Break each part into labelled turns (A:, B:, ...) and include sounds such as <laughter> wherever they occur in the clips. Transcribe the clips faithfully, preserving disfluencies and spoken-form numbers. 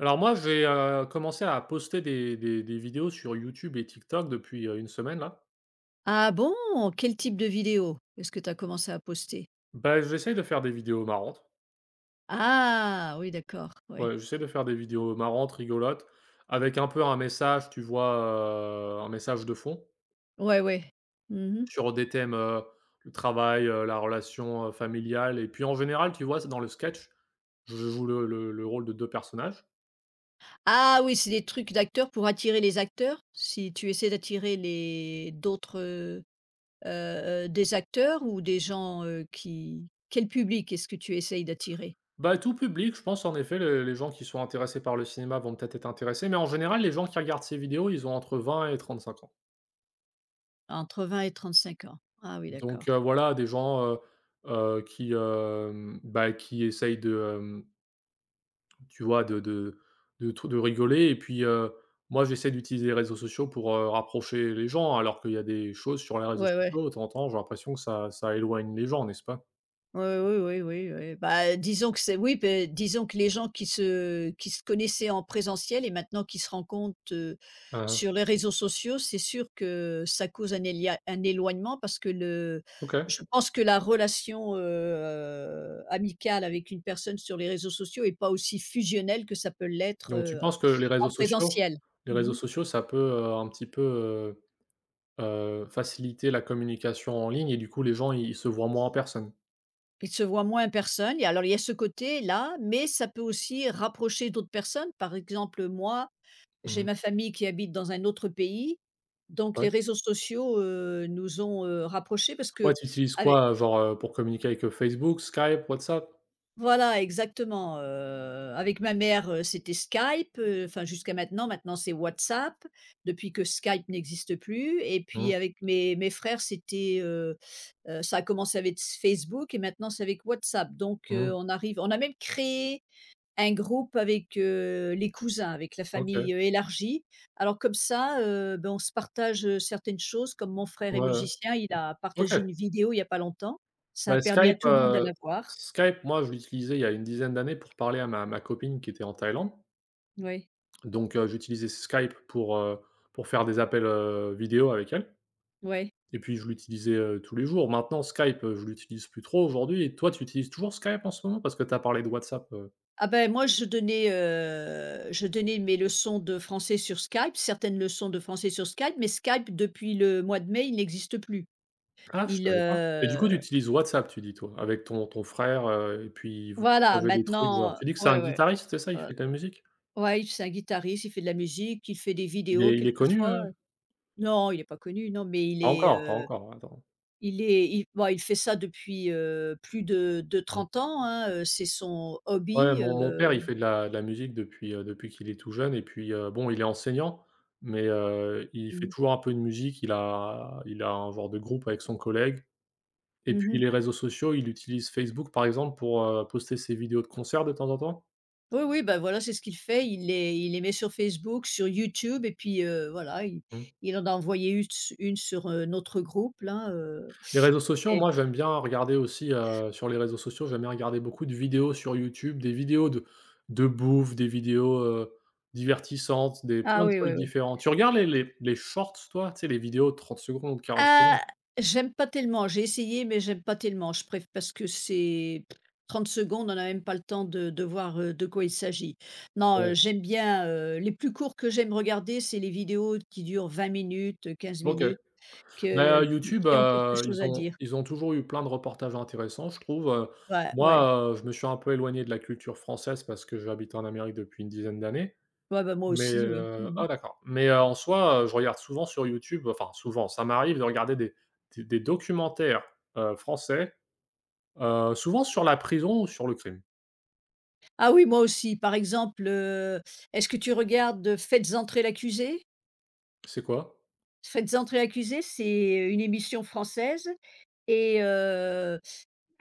A: Alors moi, j'ai, heu, commencé à poster des des des vidéos sur YouTube et TikTok depuis, heu, une semaine là.
B: Ah bon? Quel type de vidéo est-ce que tu as commencé à poster?
A: Bah, j'essaie de faire des vidéos marrantes.
B: Ah oui, d'accord, ouais.
A: Ouais, j'essaie de faire des vidéos marrantes, rigolotes, avec un peu un message, tu vois, heu, un message de fond
B: Ouais, ouais. Mmh.
A: sur des thèmes, heu, le travail, heu, la relation, heu, familiale et puis en général, tu vois, c'est dans le sketch, je joue le le le rôle de deux personnages.
B: Ah oui, c'est des trucs d'acteurs pour attirer les acteurs? Si tu essaies d'attirer les d'autres, heu heu des acteurs ou des gens, heu, qui quel public est-ce que tu essayes d'attirer?
A: Bah, tout public, je pense en effet, le les gens qui sont intéressés par le cinéma vont peut-être être intéressés, mais en général, les gens qui regardent ces vidéos, ils ont entre vingt et trente-cinq ans.
B: Entre vingt et trente-cinq ans. Ah oui, d'accord.
A: Donc heu, voilà, des gens, heu heu, qui, hem, bah, qui essayent de, hem, tu vois, de de de tr de rigoler et puis, heu, moi, j'essaie d'utiliser les réseaux sociaux pour, heu, rapprocher les gens, alors qu'il y a des choses sur les réseaux
B: Ouais, ouais.
A: sociaux, de temps en temps, j'ai l'impression que ça ça éloigne les gens, n'est-ce pas?
B: Oui, oui, oui, oui, oui. Bah, disons que c'est oui, beh, disons que les gens qui se qui se connaissaient en présentiel et maintenant qui se rencontrent, heu,
A: Hein, hein.
B: sur les réseaux sociaux, c'est sûr que ça cause un élia un éloignement parce que le
A: OK.
B: je pense que la relation, heu, amicale avec une personne sur les réseaux sociaux est pas aussi fusionnelle que ça peut l'être,
A: Donc tu
B: heu,
A: penses que les
B: en
A: réseaux sociaux
B: présentiel.
A: les
B: Mmh.
A: réseaux sociaux, ça peut, heu, un petit peu, heu heu, faciliter la communication en ligne et du coup, les gens, ils se voient moins en personne?
B: Ils se voient moins en personne et alors il y a ce côté-là, mais ça peut aussi rapprocher d'autres personnes. Par exemple, moi, j'ai
A: Mmh.
B: ma famille qui habite dans un autre pays, donc
A: Ouais.
B: les réseaux sociaux, heu, nous ont, heu, rapprochés parce
A: Ouais,
B: que
A: tu utilises
B: avec
A: quoi, euh, genre, heu, pour communiquer avec, heu, Facebook, Skype, WhatsApp?
B: voilà exactement, heu, avec ma mère, heu, c'était Skype, heu, enfin jusqu'à maintenant, maintenant c'est WhatsApp, depuis que Skype n'existe plus et
A: Mmh.
B: puis avec mes mes frères c'était, heu heu, ça a commencé avec Facebook et maintenant c'est avec WhatsApp donc heu,
A: Mmh.
B: on arrive on a même créé un groupe avec, heu, les cousins, avec la
A: OK.
B: famille, heu, élargie. Alors comme ça, heu, ben, on se partage, heu, certaines choses comme mon frère est
A: Ouais, ouais.
B: musicien, il a
A: OK.
B: partagé une vidéo il y a pas longtemps. Ça a
A: Bah,
B: permis à
A: Skype,
B: tout le monde de
A: heu,
B: la voir.
A: Skype, moi, je l'utilisais il y a une dizaine d'années pour parler à ma ma copine qui était en Thaïlande.
B: Oui,
A: Donc, heu, j'utilisais Skype pour, heu, pour faire des appels, heu, vidéo avec elle
B: oui.
A: et puis je l'utilisais, heu, tous les jours. Maintenant Skype, heu, je l'utilise plus trop aujourd'hui et toi, tu utilises toujours Skype en ce moment? Parce que tu as parlé de WhatsApp, heu.
B: Ah ben, moi je donnais, heu, je donnais mes leçons de français sur Skype, certaines leçons de français sur Skype, mais Skype depuis le mois de mai, il n'existe plus.
A: Ah, je
B: Il,
A: savais pas. Et du coup, tu
B: heu
A: utilises WhatsApp, tu dis, toi, avec ton ton frère, heu, et puis vous
B: voilà,
A: partagez des trucs, genre,
B: maintenant
A: tu dis que c'est un
B: ouais, ouais,
A: guitariste, c'est ça? Il
B: heu,
A: fait de la musique?
B: ouais, c'est un guitariste, il fait de la musique, il fait des
A: Il
B: vidéos
A: est il est connu,
B: quelquefois.
A: heu?
B: Non, il est pas connu, non, mais il
A: Pas
B: est,
A: encore, pas
B: heu,
A: encore, attends.
B: il est il bon, il fait ça depuis, heu, plus de de
A: Mmh.
B: trente ans, hein, heu, c'est son
A: Ouais,
B: hobby,
A: mon mon père,
B: heu,
A: il fait de la de la musique depuis, heu, depuis qu'il est tout jeune et puis, heu, bon, il est enseignant, mais, heu, il fait
B: mmh,
A: toujours un peu de musique. Il a il a un genre de groupe avec son collègue et
B: mmh
A: puis
B: mh.
A: les réseaux sociaux, il utilise Facebook, par exemple, pour, heu, poster ses vidéos de concerts de temps en temps.
B: Oui, oui, bah, voilà, c'est ce qu'il fait. Il les il les met sur Facebook, sur YouTube et puis, heu, voilà, il
A: Mmh.
B: il en a envoyé une s une sur, heu, notre groupe là, heu
A: Les réseaux sociaux,
B: et
A: moi j'aime bien regarder aussi, heu, sur les réseaux sociaux, j'aime bien regarder beaucoup de vidéos sur YouTube, des vidéos de de bouffe, des vidéos, heu, divertissantes, des
B: ah
A: plein de
B: oui, oui,
A: trucs
B: oui.
A: différents. Tu regardes les les les shorts toi? Tu sais les vidéos de trente secondes, quarante secondes?
B: Ah, j'aime pas tellement. J'ai essayé, mais j'aime pas tellement. Je préfère parce que c'est trente secondes, on n'a même pas le temps de de voir, heu, de quoi il s'agit. Non,
A: Ouais,
B: heu, j'aime bien, heu, les plus courts que j'aime regarder, c'est les vidéos qui durent vingt minutes, heu, quinze
A: OK.
B: minutes, que
A: Bah,
B: qui
A: YouTube,
B: qui ont quelque
A: heu,
B: chose
A: ils
B: à
A: ont
B: dire.
A: ils ont toujours eu plein de reportages intéressants je trouve, heu.
B: Ouais, ouais.
A: Moi, heu, je me suis un peu éloigné de la culture française parce que j'habite en Amérique depuis une dizaine d'années.
B: Ouais, bah, moi
A: Mais,
B: aussi, oui.
A: heu,
B: Mmh.
A: ah d'accord. Mais, heu, en soi, heu, je regarde souvent sur YouTube, enfin souvent, ça m'arrive de regarder des des des documentaires, heu, français, heu, souvent sur la prison ou sur le crime.
B: Ah oui, moi aussi. Par exemple, heu, est-ce que tu regardes, heu, Faites entrer l'accusé?
A: C'est quoi?
B: Faites entrer l'accusé, c'est une émission française et heu,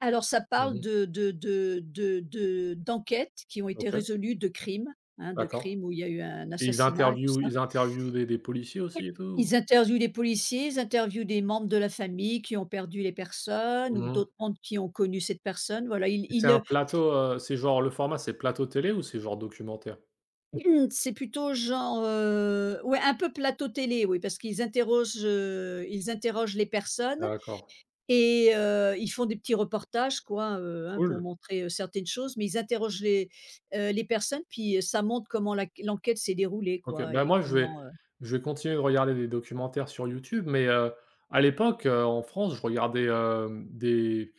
B: alors ça parle
A: Mmh.
B: de de de de de d'enquêtes qui ont été
A: OK,
B: résolues, de crimes, hein, de
A: d'accord.
B: crimes où il y a eu un
A: Et ils
B: assassinat et tout
A: interviewent
B: ça.
A: ils interviewent des des policiers aussi et tout?
B: Ils interviewent les policiers, ils interviewent des membres de la famille qui ont perdu les personnes ou
A: Mmh.
B: d'autres membres qui ont connu cette personne. Voilà, ils
A: C'est un
B: ils,
A: plateau, heu, c'est genre le format c'est plateau télé ou c'est genre documentaire?
B: heu, <clears throat> c'est plutôt genre, heu, ouais, un peu plateau télé, oui, parce qu'ils interrogent, heu, ils interrogent les personnes.
A: D'accord,
B: Et heu, ils font des petits reportages quoi, heu, hein, pour
A: cool.
B: montrer, heu, certaines choses, mais ils interrogent les, heu, les personnes puis, heu, ça montre comment la l'enquête s'est déroulée
A: OK,
B: quoi
A: bah,
B: et
A: moi, je vais
B: comment, heu
A: je vais continuer de regarder des documentaires sur YouTube, mais heu, à l'époque, heu, en France, je regardais, hem, des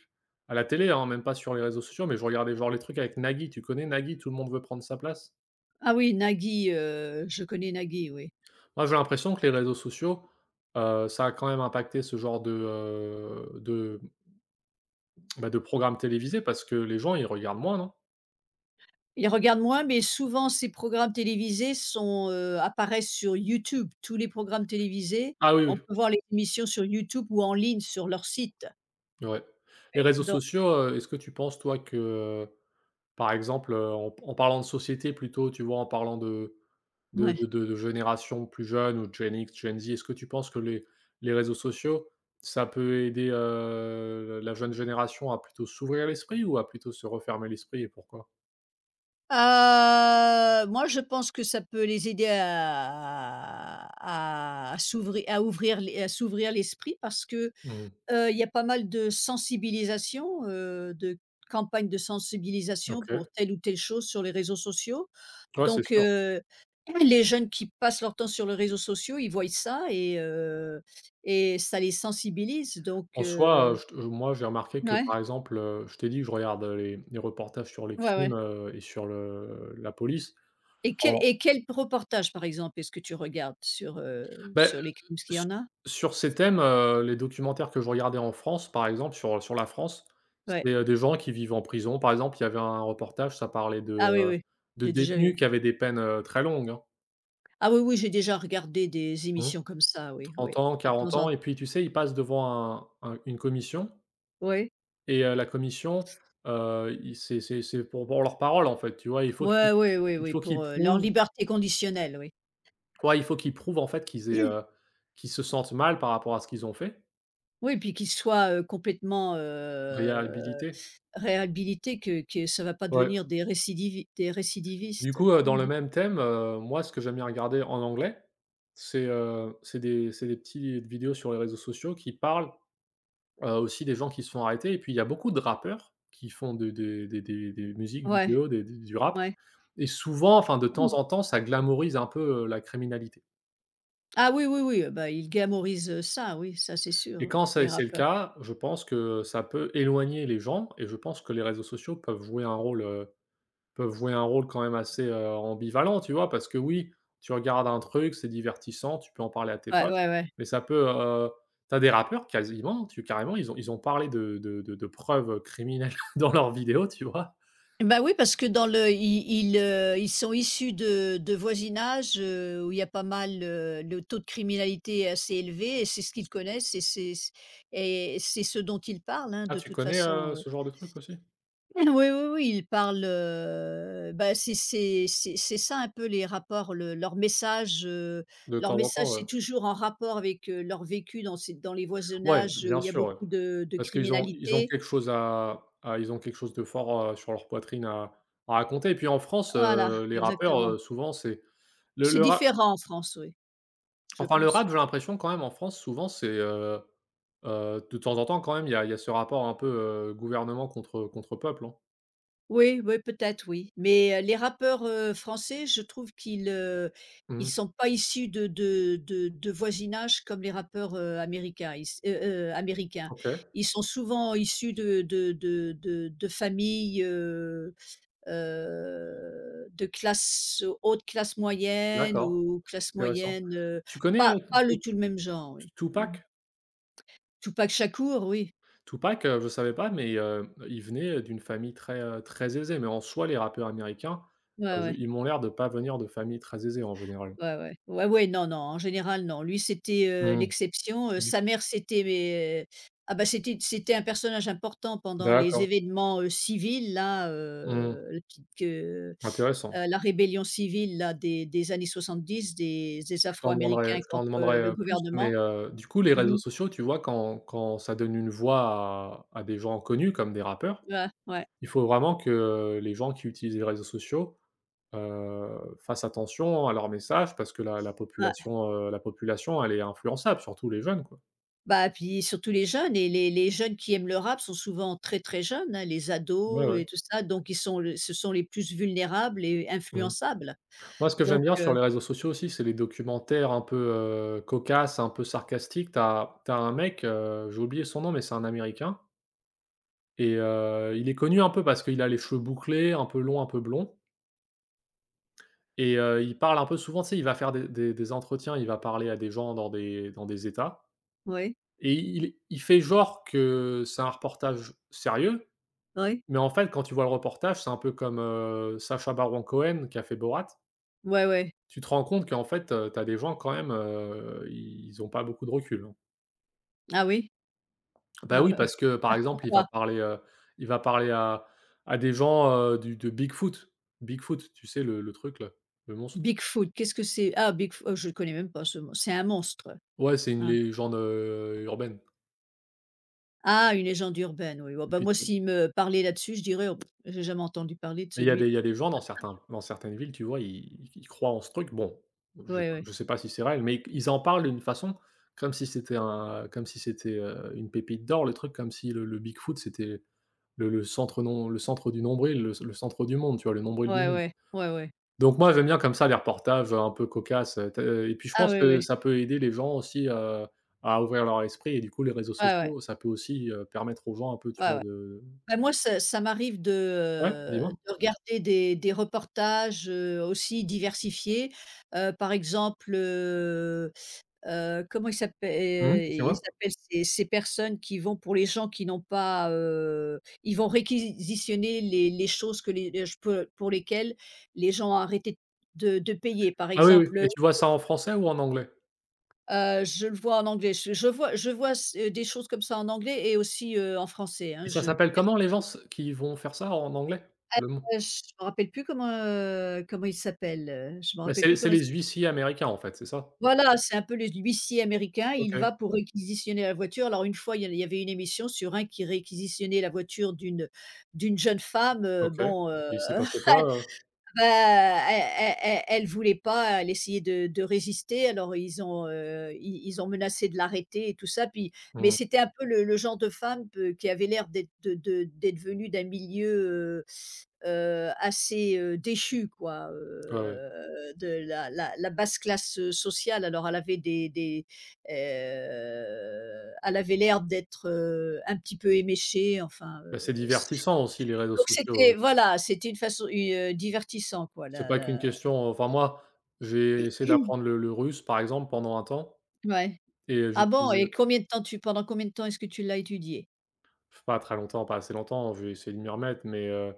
A: à la télé, hein, même pas sur les réseaux sociaux, mais je regardais genre les trucs avec Nagui. Tu connais Nagui? Tout le monde veut prendre sa place.
B: ah oui Nagui, heu, je connais Nagui, oui.
A: Moi, j'ai l'impression que les réseaux sociaux, heu, ça a quand même impacté ce genre de, heu, de, bah, de programmes télévisés parce que les gens, ils regardent moins, non?
B: Il regarde moins, mais souvent ces programmes télévisés sont, heu, apparaissent sur YouTube. Tous les programmes télévisés,
A: Ah oui,
B: on peut voir les émissions sur YouTube ou en ligne sur leur site
A: oui, ouais. Les
B: et
A: réseaux
B: donc
A: sociaux, heu, est-ce que tu penses toi que, heu, par exemple, heu, en en parlant de société plutôt, tu vois, en parlant de de
B: ouais.
A: de de de générations plus jeunes ou Gen X, Gen Z, est-ce que tu penses que les les réseaux sociaux, ça peut aider, heu, la jeune génération à plutôt s'ouvrir l'esprit ou à plutôt se refermer l'esprit et pourquoi?
B: Heu, moi, je pense que ça peut les aider à à à s'ouvrir à ouvrir les à s'ouvrir l'esprit parce que,
A: Mmh.
B: heu, il y a pas mal de sensibilisation, heu, de campagnes de sensibilisation pour
A: OK.
B: telle ou telle chose sur les réseaux sociaux.
A: Ouais, c'est
B: Donc,
A: sûr.
B: heu, <clears throat> les jeunes qui passent leur temps sur les réseaux sociaux, ils voient ça et heu et ça les sensibilise donc,
A: En soi, heu,
B: heu
A: je te moi, j'ai remarqué que,
B: ouais,
A: par exemple, heu, je t'ai dit que je regarde, heu, les les reportages sur les
B: ouais, ouais.
A: crimes, heu et sur le la police.
B: Et quel
A: En
B: et quel reportage, par exemple, est-ce que tu regardes sur, heu,
A: Beh,
B: sur
A: heu,
B: les crimes? Parce qu'il y en a?
A: sur ces thèmes, heu, les documentaires que je regardais en France, par exemple, sur sur la France,
B: Ouais.
A: c'était, heu, des gens qui vivent en prison. Par exemple, il y avait un reportage, ça parlait de,
B: Ah oui,
A: heu,
B: oui,
A: de
B: j'ai déjà eu.
A: détenus qui avaient des peines, heu, très longues, hein.
B: Ah oui, oui, j'ai déjà regardé des
A: Mmh.
B: émissions comme ça, oui, oui,
A: trente ans,
B: de temps
A: quarante
B: en
A: ans
B: temps
A: et puis, tu sais, ils passent devant un un une commission
B: oui.
A: et heu, la commission, heu, ils c'est c'est c'est pour pour leur parole, en fait, tu vois? Il faut
B: Ouais,
A: qu'ils
B: oui, oui,
A: il
B: oui,
A: faut
B: pour,
A: qu'ils
B: heu, leur
A: prouvent
B: liberté conditionnelle, oui.
A: ouais, il faut qu'ils prouvent, en fait, qu'ils aient, heu,
B: <clears throat>
A: qu'ils se sentent mal par rapport à ce qu'ils ont fait.
B: Oui, puis qu'ils soient, heu, complètement, heu,
A: Réhabilité.
B: réhabilités, que que ça va pas
A: Ouais.
B: devenir des récidivi des
A: Du
B: récidivistes.
A: coup, heu,
B: Mmh
A: dans le
B: mh.
A: même thème, heu, moi ce que j'aime bien regarder en anglais, c'est, heu, c'est des c'est des petites vidéos sur les réseaux sociaux qui parlent, heu, aussi des gens qui se font arrêter et puis il y a beaucoup de rappeurs qui font des des des des des musiques
B: Ouais,
A: vidéos, des des du rap
B: ouais.
A: et souvent, enfin de temps
B: Mm.
A: en temps, ça glamourise un peu, heu, la criminalité
B: Ah oui, oui, oui, heu, bah, ils gamorisent heu, ça, oui, ça, c'est sûr,
A: et
B: oui,
A: quand
B: les
A: c'est c'est le
B: rappeurs.
A: cas, je pense que ça peut éloigner les gens et je pense que les réseaux sociaux peuvent jouer un rôle, heu. Peuvent jouer un rôle quand même assez, heu, ambivalent, tu vois? Parce que oui, tu regardes un truc, c'est divertissant, tu peux en parler à tes
B: Ouais,
A: potes,
B: ouais, ouais.
A: mais ça peut, heu, tu des rappeurs quasiment, tu carrément, ils ont ils ont parlé de de de de preuves, criminelles <laughs> dans leurs vidéos, tu vois?
B: Bah, oui, parce que dans le ils ils, heu, ils sont issus de de voisinages, heu, où il y a pas mal, heu, le taux de criminalité est assez élevé et c'est ce qu'ils connaissent et c'est et c'est ce dont ils parlent, hein,
A: Ah,
B: de
A: tu
B: toute
A: connais,
B: façon,
A: heu,
B: heu.
A: ce genre
B: <laughs>
A: de truc aussi?
B: Oui, oui, oui, ils parlent, heu, bah, c'est c'est c'est c'est ça un peu les rapports, le leur message, heu,
A: De
B: leur
A: temps en
B: message,
A: temps,
B: c'est
A: ouais.
B: toujours en rapport avec, heu, leur vécu dans ces dans les
A: Ouais,
B: voisinages où
A: bien
B: il y a
A: sûr, ouais.
B: beaucoup de de
A: Parce qu'ils ont ils ont
B: criminalité.
A: quelque chose à à ils ont quelque chose de fort, heu, sur leur poitrine à à raconter et puis en France,
B: Voilà,
A: heu, les rappeurs,
B: exactement.
A: heu, souvent c'est le
B: C'est
A: le rap
B: différent en France, oui, je
A: enfin le
B: pense.
A: rap, j'ai l'impression quand même en France souvent c'est, heu. Heu, de temps en temps quand même, il y a il y a ce rapport un peu, heu, gouvernement contre contre peuple, hein.
B: Oui, oui, peut-être oui, mais heu, les rappeurs, heu, français, je trouve qu'ils, heu, ils
A: Mmh.
B: sont pas issus de de de de voisinages comme les rappeurs, heu, américains. Ils s heu heu, Américains.
A: OK,
B: Ils sont souvent issus de de de de de familles, heu heu, de classe haute classe moyenne
A: d'accord,
B: ou classe
A: intéressant.
B: moyenne, heu,
A: Tu connais, heu,
B: pas pas le
A: T
B: tout le même genre, oui. Mmh mh.
A: Tupac?
B: Tupac Shakur, oui.
A: Tupac, heu, je ne savais pas, mais heu, il venait d'une famille très, heu, très aisée, mais en soi, les rappeurs américains,
B: Ouais, ouais.
A: heu, ils m'ont l'air de pas venir de familles très aisées en général.
B: Ouais, ouais. Ouais, ouais, non, non, en général, non. Lui, c'était, heu,
A: Mmh.
B: l'exception, heu,
A: Du
B: sa
A: coup
B: mère, c'était mais ah bah, c'était c'était un personnage important pendant les
A: d'accord.
B: événements, heu, civils là,
A: Mmh.
B: heu, la petite que,
A: Intéressant.
B: heu, la rébellion civile là des des années soixante-dix des des
A: Je t'en demanderai
B: Afro-Américains
A: je t'en
B: contre, heu,
A: demanderai,
B: le
A: heu, plus, mais
B: gouvernement.
A: heu, du coup, les réseaux
B: Mmh.
A: sociaux, tu vois, quand quand ça donne une voix à à des gens connus comme des rappeurs,
B: Ouais, ouais,
A: il faut vraiment que les gens qui utilisent les réseaux sociaux, heu, fassent attention à leurs messages parce que la la
B: ouais.
A: population, heu, la population, elle est influençable, surtout les jeunes, quoi.
B: Bah, puis surtout les jeunes et les les jeunes qui aiment le rap sont souvent très, très jeunes, hein, les
A: Ouais,
B: ados
A: ouais.
B: et tout ça, donc ils sont le ce sont les plus vulnérables et
A: Mmh.
B: influençables,
A: Moi, ce que j'aime
B: donc.
A: bien sur les réseaux sociaux aussi, c'est les documentaires un peu, heu, cocasses, un peu sarcastiques. T'as, t'as un mec, heu, j'ai oublié son nom, mais c'est un Américain et heu, il est connu un peu parce qu'il a les cheveux bouclés, un peu longs, un peu blonds et heu, il parle un peu souvent, tu sais, il va faire des des des entretiens, il va parler à des gens dans des dans des États.
B: Oui,
A: Et il il fait genre que c'est un reportage sérieux,
B: oui,
A: mais en fait, quand tu vois le reportage, c'est un peu comme, heu, Sacha Baron Cohen qui a fait Borat.
B: ouais, ouais.
A: Tu te rends compte qu'en fait, heu, tu as des gens quand même, heu, ils ont pas beaucoup de recul, hein.
B: Ah oui?
A: Bah,
B: Ah
A: oui,
B: ouais,
A: parce que, par
B: <laughs>
A: exemple, il va
B: pourquoi?
A: parler, heu, il va parler à à des gens, heu, du de Bigfoot. Bigfoot, tu sais, le le truc là, le monstre?
B: Bigfoot, qu'est-ce que c'est? Ah bigfoot? heu, je ne connais même pas ce mot. C'est un monstre,
A: Ouais, c'est une
B: hein?
A: légende, heu, urbaine.
B: Ah, une légende urbaine, oui. Oh
A: Et
B: bah,
A: puis
B: moi s'il me parlait là-dessus, je dirais: «Oh pff, j'ai jamais entendu parler de
A: mais il y a
B: celui.»
A: des il y a des gens dans certains dans certaines villes, tu vois, ils ils croient en ce truc. Bon,
B: Ouais,
A: je
B: ouais,
A: je sais pas si c'est réel, mais ils en parlent d'une façon comme si c'était un comme si c'était, heu, une pépite d'or, le truc, comme si le le Bigfoot, c'était le le centre non le centre du nombril, le le centre du monde, tu vois, le nombril du
B: ouais,
A: monde.
B: ouais, ouais, ouais.
A: Donc moi, j'aime bien comme ça les reportages, un peu cocasses, heu, tu sais et puis je
B: Ah
A: pense
B: ouais,
A: que
B: ouais,
A: ça peut aider les gens aussi, heu, à ouvrir leur esprit et du coup, les réseaux
B: ouais, ouais,
A: sociaux, ça peut aussi, heu, permettre aux gens un peu, tu
B: ouais,
A: vois,
B: ouais.
A: de
B: Bah, moi ça ça m'arrive de,
A: ouais,
B: heu,
A: dis-moi?
B: de regarder des des reportages, heu, aussi diversifiés. Heu, par exemple, euh, Heu, comment ils
A: Mmh
B: s'appellent ils
A: dis-moi?
B: s'appellent ces ces personnes qui vont pour les gens qui n'ont pas, heu, ils vont réquisitionner les les choses que les les ch pour lesquelles les gens ont arrêté de de payer. Par
A: Ah oui, oui
B: exemple, heu
A: et tu vois ça en français ou en anglais?
B: je le vois en anglais, je je vois je vois c des choses comme ça en anglais et aussi, heu, en français, hein,
A: Et ça
B: je
A: s'appelle
B: divers
A: comment les gens s qui vont faire ça en anglais?
B: ah,
A: Le mot?
B: je me rappelle plus comment, heu, comment ils s'appellent, heu, je me
A: Bah,
B: rappelle
A: c'est
B: plus
A: c'est
B: comment ils.
A: les huissiers américains en fait, c'est ça?
B: Voilà, c'est un peu les huissiers américains, il
A: OK,
B: va pour. Mmh. Réquisitionner la voiture. Alors une fois, il y a il y avait une émission sur un qui réquisitionnait la voiture d'une d'une jeune femme, heu,
A: OK.
B: bon, heu,
A: Il s'est passé quoi, heu?
B: <laughs> bah, elle elle elle voulait pas, elle essayait de de résister. Alors ils ont, heu, ils ils ont menacé de l'arrêter et tout ça, puis mais
A: Mmh,
B: c'était un peu le le genre de femme peu qui avait l'air d'être de de d'être venue d'un milieu, euh, heu, assez, heu, déchue quoi,
A: ouais, ouais.
B: heu, de la la la basse classe, heu, sociale. Alors elle avait des des, heu, elle avait l'air d'être, heu, un petit peu éméchée enfin,
A: Bah,
B: heu,
A: c'est
B: c
A: divertissant aussi les réseaux
B: donc
A: sociaux,
B: c'était
A: heu,
B: voilà, c'était une façon une, heu, divertissant quoi
A: c'est
B: la
A: pas qu'une
B: la
A: question euh, enfin moi, j'ai
B: <clears throat>
A: essayé d'apprendre le le russe par exemple pendant un temps
B: ouais.
A: et
B: Ah bon
A: j'utilise,
B: et
A: euh,
B: combien de temps tu pendant combien de temps est-ce que tu l'as étudié?
A: pas très longtemps, pas assez longtemps, j'ai essayé de m'y remettre mais heu.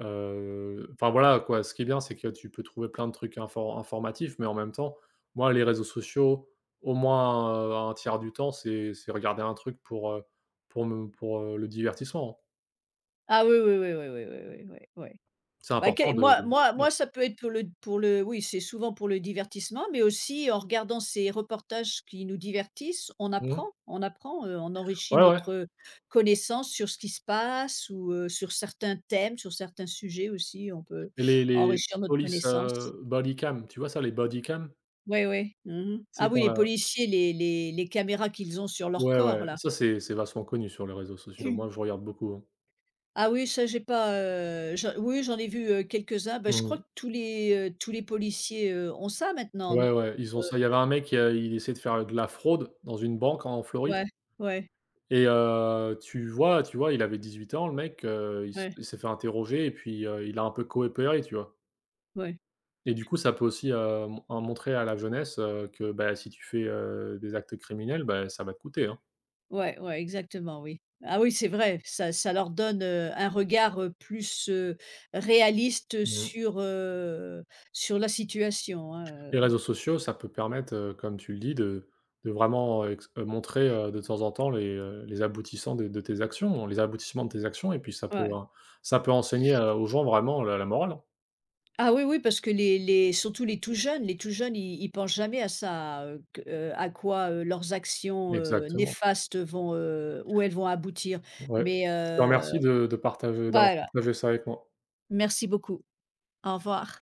A: Heu, enfin voilà quoi, ce qui est bien, c'est que tu peux trouver plein de trucs infor informatifs, mais en même temps, moi, les réseaux sociaux, au moins, heu, un tiers du temps, c'est c'est regarder un truc pour, heu, pour me pour, heu, le divertissement, hein.
B: Ah oui, oui, oui, oui, oui, oui, oui, oui, oui.
A: C'est
B: Bah,
A: important
B: quel
A: de
B: moi moi
A: de
B: moi, ça peut être pour le pour le oui, c'est souvent pour le divertissement, mais aussi en regardant ces reportages qui nous divertissent, on
A: mmh
B: apprend
A: mh.
B: on apprend, heu, on enrichit
A: Ouais, ouais,
B: notre, connaissance sur ce qui se passe ou, heu, sur certains thèmes, sur certains sujets aussi, on peut
A: et les les
B: enrichir notre
A: police,
B: connaissance.
A: heu, bodycam, tu vois ça, les bodycam?
B: Oui, oui. Mmh. Ah
A: C'est
B: oui,
A: quand
B: les
A: la
B: policiers, les les les caméras qu'ils ont sur leur
A: ouais,
B: corps
A: ouais,
B: là.
A: ça c'est c'est vachement connu sur les réseaux sociaux. Moi,
B: <clears throat>
A: je regarde beaucoup, hein.
B: Ah oui, ça j'ai pas, heu, j'en oui j'en ai vu, heu, quelques-uns. Bah, je crois
A: Mmh.
B: que tous les, heu, tous les policiers, heu, ont ça maintenant, non?
A: Ouais, ouais, ils ont
B: Heu,
A: ça. Il y avait un mec, heu, il essayait de faire, de la fraude dans une banque en Floride.
B: ouais, ouais,
A: Et heu, tu vois tu vois, il avait dix-huit ans le mec, heu, il s
B: ouais,
A: il s'est fait interroger et puis, heu, il a un peu coopéré, tu vois?
B: ouais,
A: Et du coup, ça peut aussi, heu, mon en montrer à la jeunesse, heu, que, bah, si tu fais, heu, des actes criminels, bah, ça va te coûter, hein.
B: ouais, ouais, exactement, oui. Ah oui, c'est vrai, ça ça leur donne, heu, un regard, heu, plus, heu, réaliste
A: Mmh.
B: sur, heu, sur la situation, hein,
A: Les
B: heu,
A: réseaux sociaux, ça peut permettre, heu, comme tu le dis, de de vraiment euh, ex heu, montrer, heu, de temps en temps les, heu, les aboutissants de de tes actions, les aboutissements de tes actions et puis ça peut, heu,
B: ouais.
A: ça peut enseigner, heu, aux gens vraiment la la morale, hein.
B: Ah oui, oui, parce que les les surtout les tout jeunes les tout jeunes, ils ils pensent jamais à ça, heu, q heu, à quoi, heu, leurs actions,
A: Mmh.
B: heu,
A: Exactement,
B: néfastes vont, heu où elles vont aboutir.
A: ouais.
B: Mais
A: Je te
B: heu,
A: remercie de de partager d'avoir
B: voilà.
A: partagé ça avec moi.
B: Merci beaucoup. Au revoir.